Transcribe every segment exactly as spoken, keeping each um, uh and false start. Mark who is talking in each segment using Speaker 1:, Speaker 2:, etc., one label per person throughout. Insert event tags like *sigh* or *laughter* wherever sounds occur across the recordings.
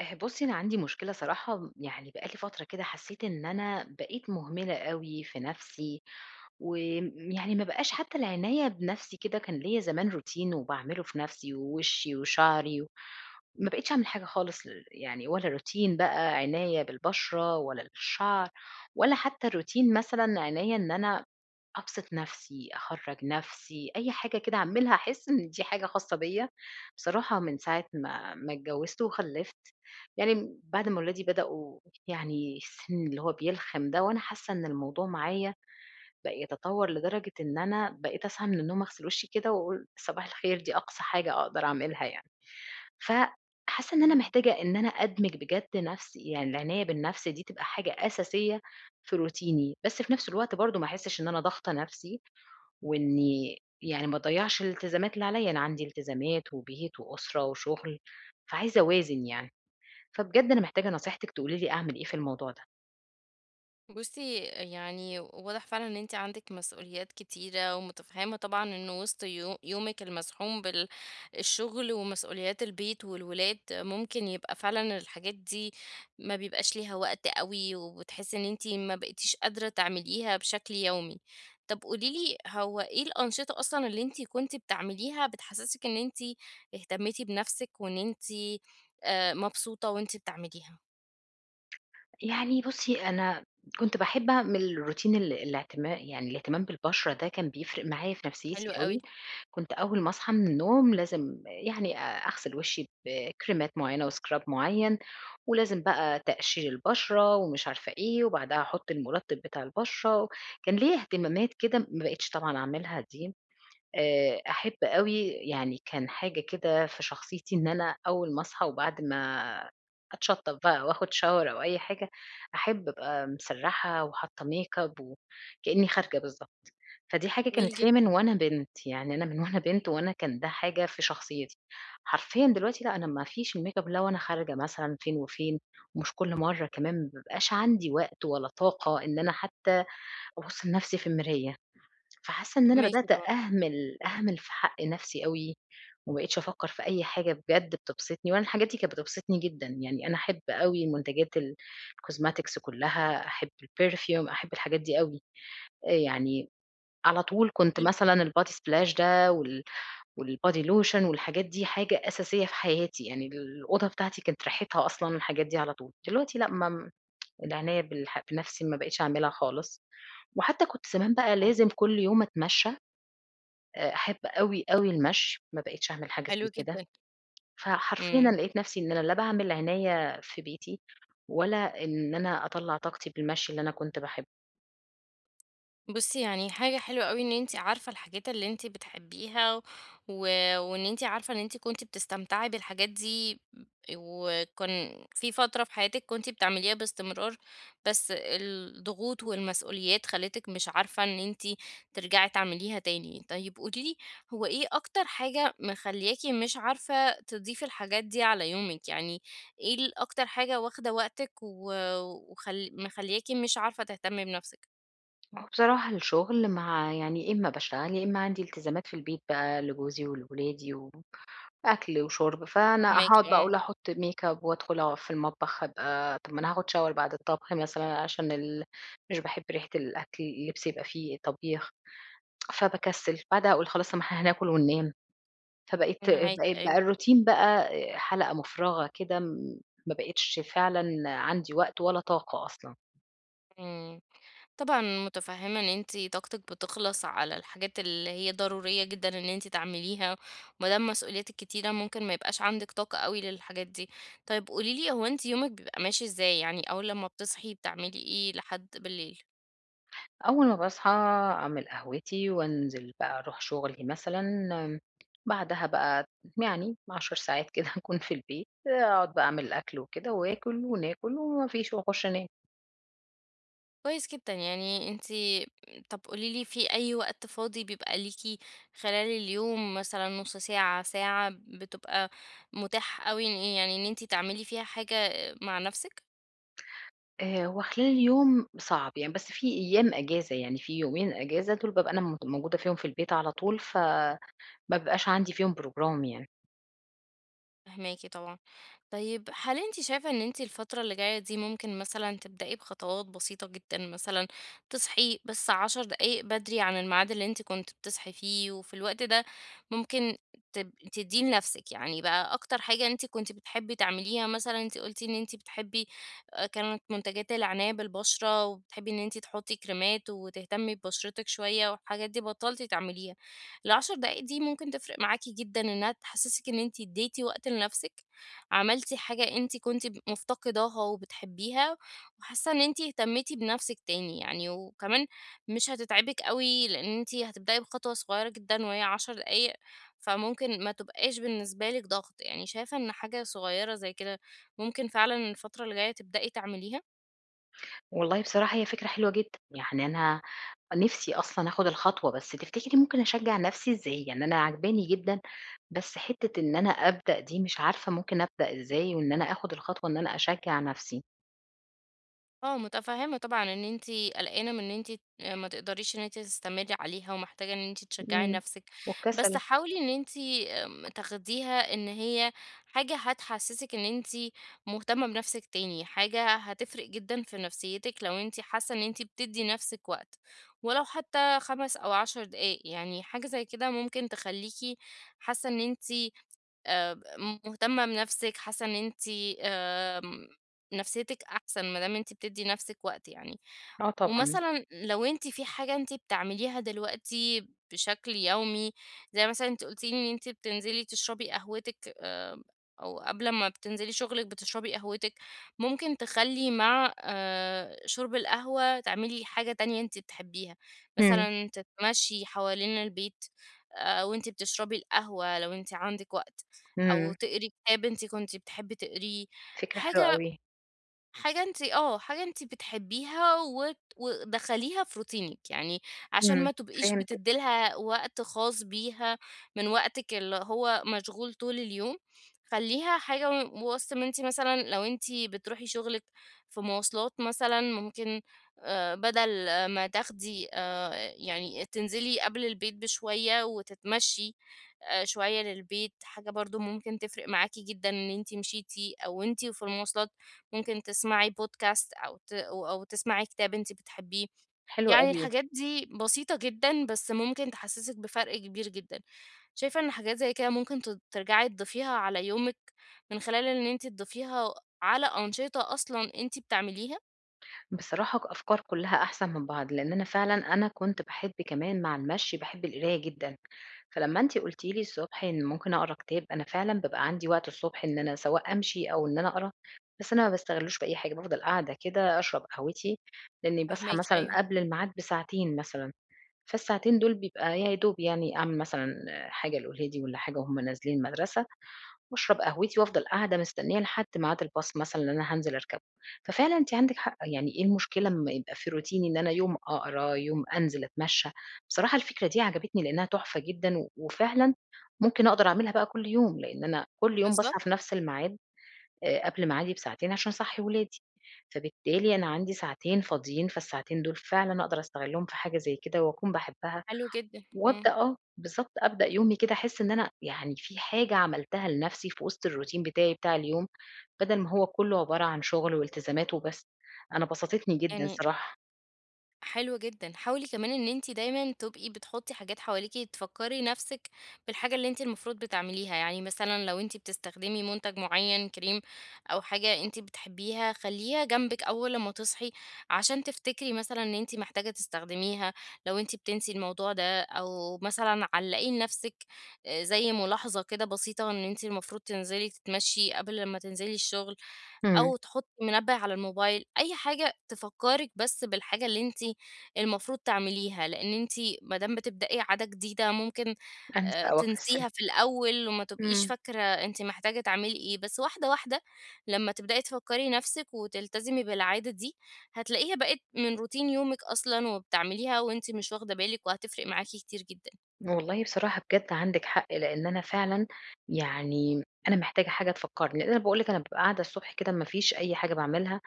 Speaker 1: آآ بُصّي، أنا عندي مشكلة صراحة، م يعني بقى لي فترة كده حسّيت إن أنا بقيت مهملة أوي في نَفْسي، وآمم يعني ما بقاش حتّى العناية بنَفْسي كده. كان ليّا زمان routine وباعمله في نَفْسي ووشّي وشعري و ما بقيتش أعمل حاجة خالص، ل يعني ولا routine بقى عناية بالبشرة، ولا الشعر، ولا حتّى الroutine مثلًا عناية إن أنا أبسط نَفْسي، أخرّج نَفْسي، أي حاجة كده أعملها أحس إن دي حاجة خاصة بيّا. بصراحة من ساعة ما ما اتجوّزت وخلّفت، يعني بعد ما ولادي بدأوا يعني السن اللي هو بيلخم ده، وأنا حاسة إن الموضوع معايا بقى يتطور لدرجة إن أنا بقيت أصحى من النوم أغسل وشي كده وأقول صباح الخير، دي أقصى حاجة أقدر أعملها يعني. فحاسة إن أنا
Speaker 2: مم.
Speaker 1: محتاجة إن أنا أدمج بجد نفسي، يعني العناية بالنفس دي تبقى حاجة أساسية في روتيني، بس في نفس الوقت برضه ما أحسش إن أنا ضاغطة نفسي، وإني يعني ما أضيّعش الالتزامات اللي عليّا. أنا عندي التزامات وبيت وأسرة وشغل، فعايزة أوازن يعني. فبجد أنا محتاجة نصيحتِك تقولي لي أعمل إيه في الموضوع ده.
Speaker 2: بصي يعني واضح فعلا ان انت عندك مسؤوليات كتيرة ومتفهمة طبعا ان وسط يو- يومك المزحوم بالشغل ومسؤوليات البيت والولاد ممكن يبقى فعلا الحاجات دي ما بيبقاش ليها وقت قوي، وبتحسي ان انت ما بقيتيش قادرة تعمليها بشكل يومي. طب قوليلي هو ايه الأنشطة اصلا اللي انت كنت بتعمليها بتحسسك ان انت اهتميتي بنفسك وان انت آه، مبسوطة وانت بتعمليها؟
Speaker 1: يعني بُصّي، أنا كنت باحب أعمل روتين ال الاعتما يعني الاهتمام بالبشرة، ده كان بيفرق معايا في
Speaker 2: حلو
Speaker 1: نفسيتي
Speaker 2: قوي.
Speaker 1: أوي. كنت أول ما أصحى من النوم لازم يعني أ أغسل وشي بكريمات معيّنة وscrub معيّن، ولازم بقى تقشير البشرة ومش عارفة إيه، وبعدها أحط المُرطب بتاع البشرة. كان ليّا اهتمامات كده ما بقيتش طبعًا أعملها دي. آآ أحب أوي، يعني كان حاجة كده في شخصيتي إن أنا أول ما أصحى وبعد ما أتشطّب بقى وآخُد shower أو أي حاجة، أحب أبقى مسرّحة وحاطّة makeup وكإنّي خارجة بالضبط. فدي حاجة
Speaker 2: جميل
Speaker 1: كانت فيّا
Speaker 2: جدا.
Speaker 1: من وأنا بنت، يعني أنا من وأنا بنت وأنا كان ده حاجة في شخصيتي. حرفيًا دلوقتي لأ، أنا ما فيش الmakeup لا وأنا خارجة مثلًا فين وفين، ومش كل مرّة كمان، ما بيبقاش عندي وقت ولا طاقة إن أنا حتّى أبُص لنَفْسي في المراية. فحاسة إن أنا
Speaker 2: فهماكي
Speaker 1: بدأت
Speaker 2: طبعا.
Speaker 1: أهمل، أهمل في حق نفسي أوي، وما بقيتش أفكّر في أي حاجة بجد بتبسطني، وأنا الحاجات دي كانت بتبسطني جدًا. يعني أنا أحب أوي منتجات الcosmetics كلّها، أحب الperfume، أحب الحاجات دي أوي. آآ يعني على طول كنت مثلًا الbody splash ده وال والbody lotion والحاجات دي حاجة أساسية في حياتي، يعني الأوضة بتاعتي كانت ريحتها أصلًا الحاجات دي على طول. دلوقتي لأ، ما العناية بالح بنفسي ما بقيتش أعملها خالص، وحتى كنت زمان بقى
Speaker 2: آه،
Speaker 1: لازم كل يوم أتمشى. آآ أحب أوي، أوي المشي، ما بقيتش أعمل حاجة
Speaker 2: حلو
Speaker 1: زي كده.
Speaker 2: جدًا.
Speaker 1: فحرفيًا
Speaker 2: إمم.
Speaker 1: أنا لقيت نفسي إن أنا لا باعمل عناية في بيتي، ولا إن أنا أطلّع طاقتي بالمشي اللي أنا كنت باحبه.
Speaker 2: بُصّي، يعني حاجة حلوة أوي إن أنتِ عارفة الحاجات اللي أنتِ بتحبيها، و وإن أنتِ عارفة إن أنتِ كنتِ بتستمتعي بالحاجات دي، وكان في فترة في حياتِك كنتِ بتعمليها باستمرار، بس الضغوط والمسؤوليات خلّتِك مش عارفة إن أنتِ ترجعي تعمليها تاني. طيب قولي لي، هو إيه أكتر حاجة مخلّياكِ مش عارفة تضيفي الحاجات دي على يومِك؟ يعني إيه ال أكتر حاجة واخدة وقتِك و وخل مخلّياكِ مش عارفة تهتمي بنفسِك؟
Speaker 1: وبصراحة الشغل، مع يعني يا إما باشتغل، يا إما عندي التزامات في البيت بقى لجوزي ولولادي وأكل وشرب، فأنا
Speaker 2: فاهماكِ،
Speaker 1: هاقعد بقى
Speaker 2: آه.
Speaker 1: أقول أحط makeup وأدخل أقف في المطبخ؟ أبقى طب ما أنا هاخد shower بعد الطبخ مثلًا، عشان ال مش باحب ريحة الأكل، اللبس يبقى فيه طبيخ، فباكسل، بعدها أقول خلاص طب ما إحنا هناكل وننام. فبقيت
Speaker 2: معاكِ
Speaker 1: بقيت بقى
Speaker 2: أيوه.
Speaker 1: الروتين بقى آه، حلقة مفرغة كده، م ما بقيتش فعلًا عندي وقت ولا طاقة أصلًا.
Speaker 2: إمم. طبعًا متفهّمة إن أنتِ طاقتِك بتخلص على الحاجات اللي هي ضرورية جدًا إن أنتِ تعمليها، وما دام مسؤولياتِك كتيرة ممكن ما يبقاش عندِك طاقة أوي للحاجات دي. طيب قولي لي هو أنتِ يومِك بيبقى ماشي إزاي؟ يعني أول لمّا بتصحي بتعملي إيه لحد بالليل؟
Speaker 1: أول ما باصحى أعمل قهوتي وأنزل بقى أروح شغلي مثلًا، بعدها بقى يعني 10 ساعات كده *laughs* هاكون في البيت، أقعد بقى أعمل الأكل وكده وآكل وناكل وما فيش وأخش أنام.
Speaker 2: كويس جدًا. يعني أنتِ طب قولي لي في أي وقت فاضي بيبقى ليكِ خلال اليوم، مثلًا نُص ساعة، ساعة، بتبقى متاح أوي إن إيه؟ يعني إن أنتِ تعملي فيها حاجة مع نَفْسِك؟
Speaker 1: آآ هو خلال اليوم صعب يعني، بس في أيام أجازة، يعني في يومين أجازة دول بابقى أنا م موجودة فيهم في البيت على طول، فما بيبقاش عندي فيهم program يعني.
Speaker 2: فهماكِ طبعًا. طيب هل أنتِ شايفة إن أنتِ الفترة اللي جاية دي ممكن مثلًا تبدئي بخطوات بسيطة جدًا، مثلًا تصحي بس عشر دقايق بدري عن الميعاد اللي أنتِ كنتِ بتصحي فيه، وفي الوقت ده ممكن تب تدّيه لنفسِك، يعني بقى أكتر حاجة أنتِ كنتِ بتحبي تعمليها. مثلًا أنتِ قُلتِ إن أنتِ بتحبي آآ كانت منتجات العناية بالبشرة، وبتحبي إن أنتِ تحطّي كريمات وتهتمي ببشرتِك شوية، والحاجات دي بطلتِ تعمليها. ال10 دقايق دي ممكن تفرق معاكِ جدًا إنها تحسسِك إن أنتِ اديتِ وقت لنفسِك، عملتِ حاجة أنتِ كنتِ ب مفتقداها وبتحبيها، وحاسة إن أنتِ اهتميتِ بنفسِك تاني يعني، وكمان مش هتتعبِك أوي، لأن أنتِ هتبدئي بخطوة صغيرة جدًا وهي عشر دقايق، فممكن ما تبقاش بالنسبة لِك ضغط. يعني شايفة إن حاجة صغيرة زي كده ممكن فعلًا الفترة اللي جاية تبدئي تعمليها؟
Speaker 1: والله بصراحة هي فكرة حلوة جدًا، يعني أنا نِفْسي أصلًا آخُد الخطوة، بس تفتكري ممكن أشجّع نَفْسي إزاي؟ يعني أنا عاجباني جدًا، بس حتّة إن أنا أبدأ دي مش عارفة ممكن أبدأ إزاي، وإن أنا آخُد الخطوة إن أنا أشجّع نَفْسي.
Speaker 2: آه، متفهّمة طبعًا إن أنتِ قلقانة من إن أنتِ آآ ما تقدريش إن أنتِ تستمرّي عليها ومحتاجة إن أنتِ تشجّعي
Speaker 1: إمم.
Speaker 2: نَفْسِك، بس
Speaker 1: والكسل.
Speaker 2: حاولي إن أنتِ آمم تاخديها إن هي حاجة هتحسّسِك إن أنتِ مهتمة بنَفْسِك تاني، حاجة هتفرق جدًا في نفسيّتِك لو أنتِ حاسّة إن أنتِ بتدّي نَفْسِك وقت، ولو حتى خمس أو عشر دقايق. يعني حاجة زي كده ممكن تخلّيكِ حاسّة إن أنتِ آآ مهتمة بنفسِك، حاسة إن أنتِ آمم نفسيتِك أحسن ما دام أنتِ بتدّي نفسِك وقت يعني.
Speaker 1: آه طبعًا.
Speaker 2: ومثلًا لو أنتِ في حاجة أنتِ بتعمليها دلوقتي بشكل يومي، زي مثلًا أنتِ قلتِ لي إن أنتِ بتنزلي تشربي قهوتِك آآ، أو قبل ما بتنزلي شغلِك بتشربي قهوتِك، ممكن تخلّي مع آآ، شرب القهوة تعملي حاجة تانية أنتِ بتحبيها.
Speaker 1: إمم.
Speaker 2: مثلًا تتمشي حوالين البيت آآ، وأنتِ بتشربي القهوة لو أنتِ عندِك وقت، أو
Speaker 1: إمم،
Speaker 2: تقري كتاب أنتِ كنتِ بتحبي تقريه،
Speaker 1: فكرة حلوة
Speaker 2: حاجة
Speaker 1: أوي.
Speaker 2: حاجة أنتِ آه، حاجة أنتِ بتحبيها وت ودخّليها في روتينِك، يعني عشان
Speaker 1: إمم،
Speaker 2: ما تبقيش
Speaker 1: فهمتِك.
Speaker 2: بتدّي لها وقت خاص بيها من وقتِك اللي هو مشغول طول اليوم، خلّيها حاجة و وسط ما أنتِ مثلًا لو أنتِ بتروحي شغلِك في مواصلات مثلًا ممكن آآ بدل آه، ما تاخدي آآ يعني تنزلي قبل البيت بشوية وتتمشّي آآ شوية للبيت، حاجة برضه ممكن تفرق معاكِ جدًا إن أنتِ مشيتِ، أو أنتِ وفي المواصلات ممكن تسمعي بودكاست أو ت أو تسمعي كتاب أنتِ بتحبيه.
Speaker 1: حلو
Speaker 2: يعني
Speaker 1: أوي.
Speaker 2: الحاجات دي بسيطة جدًا، بس ممكن تحسسِك بفرق كبير جدًا. شايفة إن حاجات زي كده ممكن ت ترجعي تضيفيها على يومِك، من خلال إن أنتِ تضيفيها على أنشطة أصلًا أنتِ بتعمليها؟
Speaker 1: بصراحة ك أفكار كُلّها أحسن من بعض، لإن أنا فعلًا أنا كنت باحب كمان، مع المشي باحب القراية جدًا. فلمّا أنتِ قُلتِ لي الصبح إن ممكن أقرا كتاب، أنا فعلًا بابقى عندي وقت الصبح إن أنا سواء أمشي أو إن أنا أقرا، بس أنا ما باستغلّوش بأي حاجة، بافضل قاعدة كده أشرب قهوتي، لإنّي باصحى
Speaker 2: فاهماكِ،
Speaker 1: مثلًا
Speaker 2: أيوه،
Speaker 1: قبل الميعاد بساعتين مثلًا. فالساعتين دول بيبقى يا دوب يعني أعمل مثلًا حاجة لولادي والّا حاجة وهُم نازلين المدرسة، باشرب قهوتي وافضل قاعدة مستنية لحد ميعاد الbus مثلًا اللي أنا هانزل أركبه. ففعلًا أنتِ عندِك حق، يعني إيه المشكلة أمّا يبقى في روتيني إن أنا يوم أقرا، يوم أنزل أتمشى؟ بصراحة الفكرة دي عجبتني لإنها تحفة جدًا، و وفعلًا ممكن أقدر أعملها بقى كل يوم، لإن أنا كل يوم باصحى
Speaker 2: بالضبط.
Speaker 1: في نفس الميعاد، آآ، قبل ميعادي بساعتين عشان أصحّي ولادي، فبالتالي أنا عندي ساعتين فاضيين، فالساعتين دول فعلًا أقدر أستغلهم في حاجة زي كده وأكون باحبها.
Speaker 2: حلو جدًا، إمم،
Speaker 1: وأبدأ آه، بالضبط، أبدأ يومي كده أحس إن أنا يعني في حاجة عملتها لنفسي في وسط الروتين بتاعي بتاع اليوم، بدل ما هو كله عبارة عن شغل والتزامات وبس. أنا بسطتني جدًا
Speaker 2: يعني
Speaker 1: صراحة.
Speaker 2: حلو جدًا. حاولي كمان إن أنتِ دايمًا تبقي بتحطي حاجات حواليكِ تفكّري نفسِك بالحاجة اللي أنتِ المفروض بتعمليها، يعني مثلًا لو أنتِ بتستخدمي منتج معيّن كريم أو حاجة أنتِ بتحبيها خلّيها جنبِك أول لمّا تصحي عشان تفتكري مثلًا إن أنتِ محتاجة تستخدميها. لو أنتِ بتنسي الموضوع ده أو مثلًا علّقي لنفسِك آآ زي ملاحظة كده بسيطة إن أنتِ المفروض تنزلي تتمشي قبل لمّا تنزلي الشغل،
Speaker 1: إمم.
Speaker 2: أو تحطي منبه على الموبايل، أي حاجة تفكّرِك بس بالحاجة اللي أنتِ المفروض تعمليها، لإن أنتِ ما دام بتبدئي عادة جديدة ممكن
Speaker 1: أنسى
Speaker 2: آآ
Speaker 1: أو أكسل.
Speaker 2: تنسيها في الأول وما تبقيش
Speaker 1: إمم.
Speaker 2: فاكرة أنتِ محتاجة تعملي إيه، بس واحدة، واحدة لمّا تبدئي تفكّري نَفْسِك وتلتزمي بالعادة دي، هتلاقيها بقت من روتين يومِك أصلًا وبتعمليها وأنتِ مش واخدة بالِك، وهتفرق معاكِ كتير جدًا.
Speaker 1: والله بصراحة بجد عندِك حق، لإن أنا فعلًا يعني أنا محتاجة حاجة تفكّرني، لإن أنا باقول لِك أنا بابقى قاعدة الصبح كده ما فيش أي حاجة باعملها،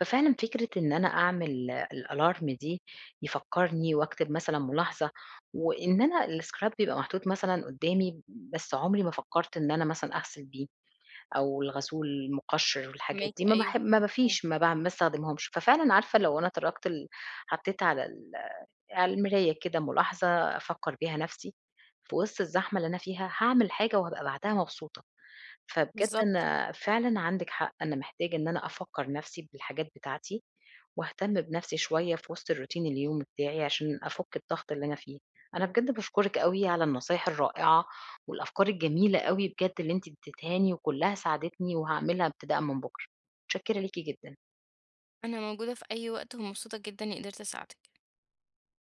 Speaker 1: ففعلًا فكرة إن أنا أعمل الألارم دي يفكّرني وأكتب مثلًا ملاحظة، وإن أنا الscrap بيبقى محطوط مثلًا قدّامي، بس عمري ما فكّرت إن أنا مثلًا أغسل بيه، أو الغسول المقشر والحاجات
Speaker 2: فاهماكِ،
Speaker 1: دي ما
Speaker 2: أيوه،
Speaker 1: باح ما ما فيش ما باع ما باستخدمهمش. ففعلًا عارفة لو أنا تركت ال حطيت على ال على المراية كده ملاحظة أفكّر بيها نَفْسي في وسط الزحمة اللي أنا فيها، هاعمل حاجة وهابقى بعدها مبسوطة. فبجد
Speaker 2: بالضبط.
Speaker 1: أنا فعلًا عندِك حق، أنا محتاجة إن أنا أفكّر نَفْسي بالحاجات بتاعتي وأهتم بنَفْسي شوية في وسط الروتين اليومي بتاعي عشان أفُك الضغط اللي أنا فيه. أنا بجد باشكرِك أوي على النصايح الرائعة والأفكار الجميلة أوي بجد اللي أنتِ ادّيتيهاني وكُلّها ساعدتني وهاعملها ابتداءً من بُكرة. متشكّرة ليكِ جدًا.
Speaker 2: أنا موجودة في أي وقت ومبسوطة جدًا إني قدرت أساعدِك.